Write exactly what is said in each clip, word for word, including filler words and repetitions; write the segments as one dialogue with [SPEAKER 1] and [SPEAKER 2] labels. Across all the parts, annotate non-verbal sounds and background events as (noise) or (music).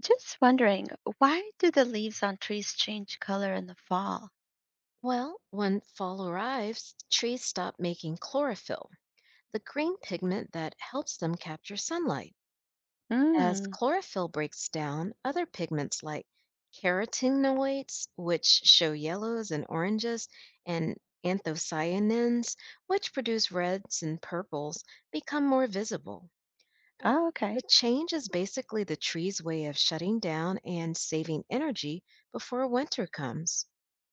[SPEAKER 1] Just wondering, why do the leaves on trees change color in the fall?
[SPEAKER 2] Well, when fall arrives, trees stop making chlorophyll, the green pigment that helps them capture sunlight. As
[SPEAKER 1] Mm.
[SPEAKER 2] chlorophyll breaks down, other pigments like carotenoids, which show yellows and oranges, and anthocyanins, which produce reds and purples, become more visible. Uh,
[SPEAKER 1] Oh,
[SPEAKER 2] The
[SPEAKER 1] okay.
[SPEAKER 2] change is basically the tree's way of shutting down and saving energy before winter comes.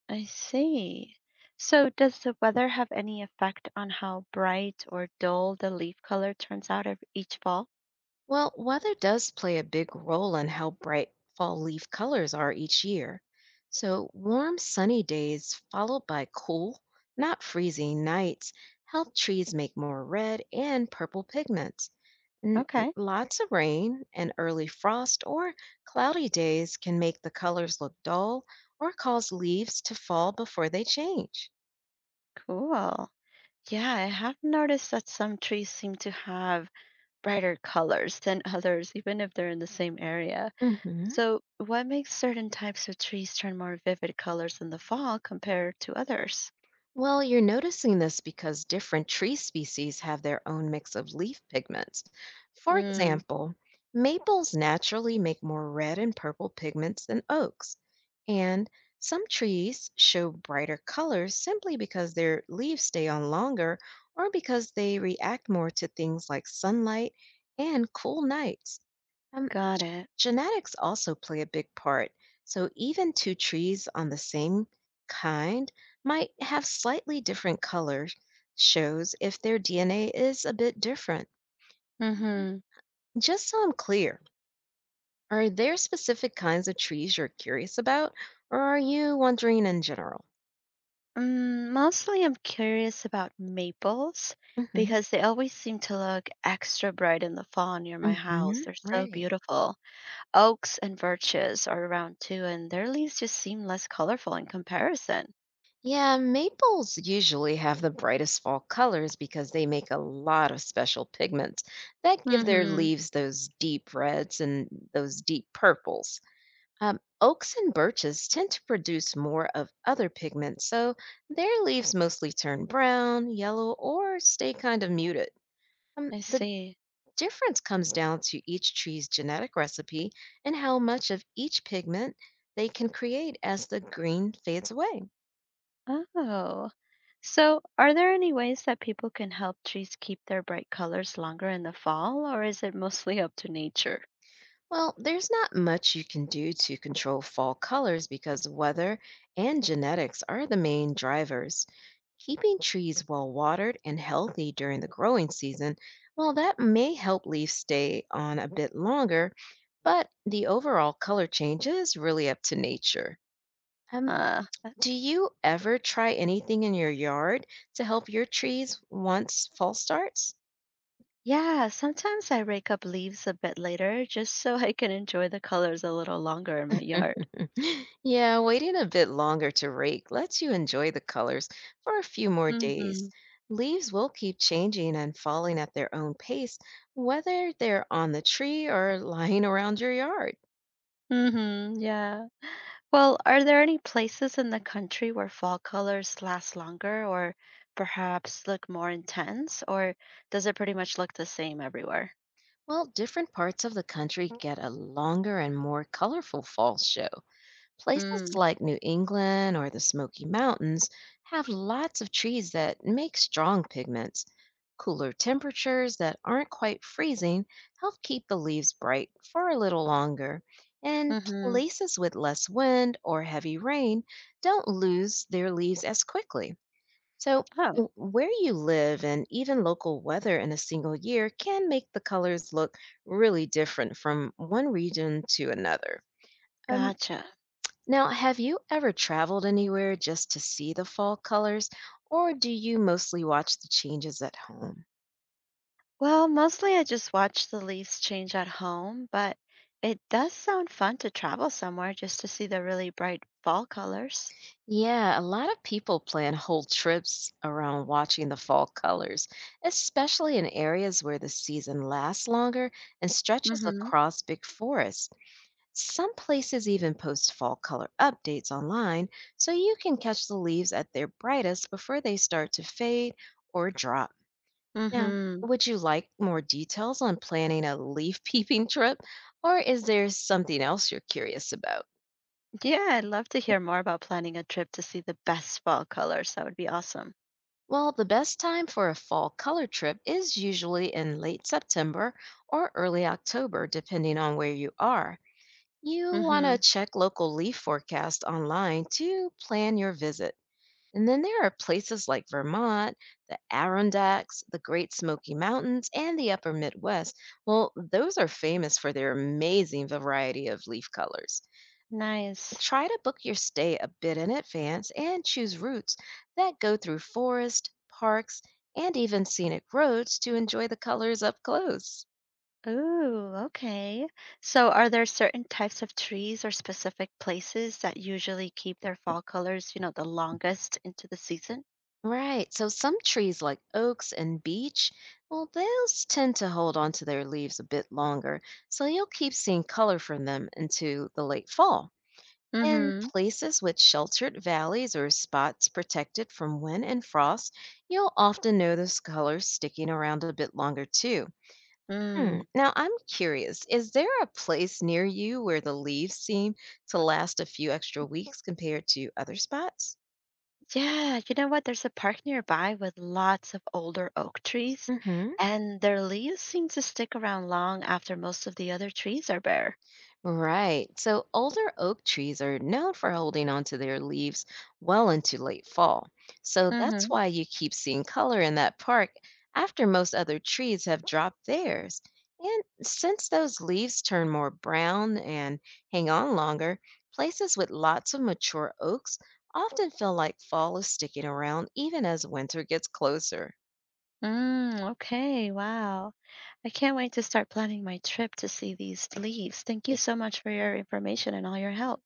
[SPEAKER 1] I see. So, does the weather have any effect on how bright or dull the leaf color turns out of each fall?
[SPEAKER 2] Well, weather does play a big role in how bright fall leaf colors are each year. So, warm, sunny days followed by cool, not freezing nights help trees make more red and purple pigments. And
[SPEAKER 1] Okay,
[SPEAKER 2] lots of rain and early frost or cloudy days can make the colors look dull or cause leaves to fall before they change.
[SPEAKER 1] cool. Yeah, I have noticed that some trees seem to have brighter colors than (laughs) others, even if they're in the same area.
[SPEAKER 2] Mhm.
[SPEAKER 1] So, what makes certain types of trees turn more vivid colors in the fall compared to others?
[SPEAKER 2] Well, you're noticing this because different tree species have their own mix of leaf pigments. For
[SPEAKER 1] Mm,
[SPEAKER 2] example, maples naturally make more red and purple pigments than oaks, and some trees show brighter colors simply because their leaves stay on longer or because they react more to things like sunlight and cool nights.
[SPEAKER 1] got it.
[SPEAKER 2] Genetics also play a big part, so even two trees on the same kind might have slightly different colors, shows if their D N A is a bit different.
[SPEAKER 1] Mm-hmm.
[SPEAKER 2] Just so I'm clear, are there specific kinds of trees you're curious about, or are you wondering in general?
[SPEAKER 1] Mm, mostly I'm curious about maples
[SPEAKER 2] Hmm.
[SPEAKER 1] because they always seem to look extra bright in the fall near my house.
[SPEAKER 2] Hmm.
[SPEAKER 1] They're so
[SPEAKER 2] Right.
[SPEAKER 1] beautiful. Oaks and birches are around too, and their leaves just seem less colorful in comparison.
[SPEAKER 2] Yeah, maples usually have the brightest fall colors because they make a lot of special pigments that give their
[SPEAKER 1] Mm-hmm.
[SPEAKER 2] leaves those deep reds and those deep purples. Um, oaks and birches tend to produce more of other pigments, so their leaves mostly turn brown, yellow, or stay kind of muted. Um,
[SPEAKER 1] I
[SPEAKER 2] the
[SPEAKER 1] see.
[SPEAKER 2] difference comes down to each tree's genetic recipe and how much of each pigment they can create as the green fades away.
[SPEAKER 1] Oh. So, are there any ways that people can help trees keep their bright colors longer in the fall, or is it mostly up to nature?
[SPEAKER 2] Well, there's not much you can do to control fall colors because weather and genetics are the main drivers. Keeping trees well watered and healthy during the growing season, well, that may help leaves stay on a bit longer, but the overall color change is really up to nature. Um, do you ever try anything in your yard to help your trees once fall starts?
[SPEAKER 1] Yeah, sometimes I rake up leaves a bit later just so (laughs) I can enjoy the colors a little longer in my yard.
[SPEAKER 2] Yeah, waiting a bit longer to rake lets you enjoy the colors for a few more days.
[SPEAKER 1] Mhm.
[SPEAKER 2] Leaves will keep changing and falling at their own pace, whether they're on the tree or lying around your yard.
[SPEAKER 1] Mhm. Yeah. Well, are there any places in the country where fall colors last longer or perhaps look more intense or does it pretty much look the same everywhere?
[SPEAKER 2] Well, different parts of the country get a longer and more colorful fall show. Places
[SPEAKER 1] Mm.
[SPEAKER 2] like New England or the Smoky Mountains have lots of trees that make strong pigments. Cooler temperatures that aren't quite freezing help keep the leaves bright for a little longer, and
[SPEAKER 1] Mhm.
[SPEAKER 2] places with less wind or heavy rain don't lose their leaves as quickly. So,
[SPEAKER 1] Oh,
[SPEAKER 2] w- where you live and even local weather in a single year can make the colors look really different from one region to another. Um,
[SPEAKER 1] gotcha.
[SPEAKER 2] now, have you ever traveled anywhere just to see the fall colors, or do you mostly watch the changes at home?
[SPEAKER 1] Well, mostly I just watch the leaves change at home, but it does sound fun to travel somewhere just to see the really bright fall colors.
[SPEAKER 2] Yeah, a lot of people plan whole trips around watching the fall colors, especially in areas where the season lasts longer and stretches
[SPEAKER 1] Mhm.
[SPEAKER 2] across big forests. Some places even post fall color updates online so you can catch the leaves at their brightest before they start to fade or drop. Now,
[SPEAKER 1] Mm-hmm.
[SPEAKER 2] would you like more details on planning a leaf peeping trip, or is there something else you're curious about?
[SPEAKER 1] Yeah, I'd love to hear more about planning a trip to see the best fall colors. That would be awesome.
[SPEAKER 2] Well, the best time for a fall color trip is usually in late September or early October, depending on where you are. You want
[SPEAKER 1] Mm-hmm.
[SPEAKER 2] to check local leaf forecast online to plan your visit. And then there are places like Vermont, the Adirondacks, the Great Smoky Mountains, and the Upper Midwest. Well, those are famous for their amazing variety of leaf colors.
[SPEAKER 1] Nice.
[SPEAKER 2] Try to book your stay a bit in advance and choose routes that go through forest, parks, and even scenic roads to enjoy the colors up close.
[SPEAKER 1] Ooh, okay. So, are there certain types of trees or specific places that usually keep their fall colors, you know, the longest into the season?
[SPEAKER 2] Right. So some trees like oaks and beech, well, those tend to hold onto their leaves a bit longer. So you'll keep seeing color from them into the late fall. In
[SPEAKER 1] Mm-hmm.
[SPEAKER 2] places with sheltered valleys or spots protected from wind and frost, you'll often notice colors sticking around a bit longer too. Hmm.
[SPEAKER 1] Mm.
[SPEAKER 2] Now, I'm curious, is there a place near you where the leaves seem to last a few extra weeks compared to other spots?
[SPEAKER 1] Yeah, you know what? There's a park nearby with lots of older oak trees,
[SPEAKER 2] Mm-hmm.
[SPEAKER 1] and their leaves seem to stick around long after most of the other trees are bare.
[SPEAKER 2] Right. So older oak trees are known for holding onto their leaves well into late fall. So that's
[SPEAKER 1] Mm-hmm.
[SPEAKER 2] why you keep seeing color in that park after most other trees have dropped theirs. And since those leaves turn more brown and hang on longer, places with lots of mature oaks often feel like fall is sticking around even as winter gets closer.
[SPEAKER 1] Mm, okay, wow. I can't wait to start planning my trip to see these leaves. Thank you so much for your information and all your help.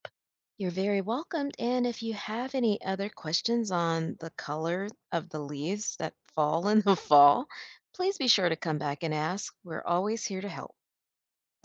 [SPEAKER 2] You're very welcomed. And if you have any other questions on the color of the leaves that fall in the (laughs) fall, please be sure to come back and ask. We're always here to help.
[SPEAKER 1] Thanks.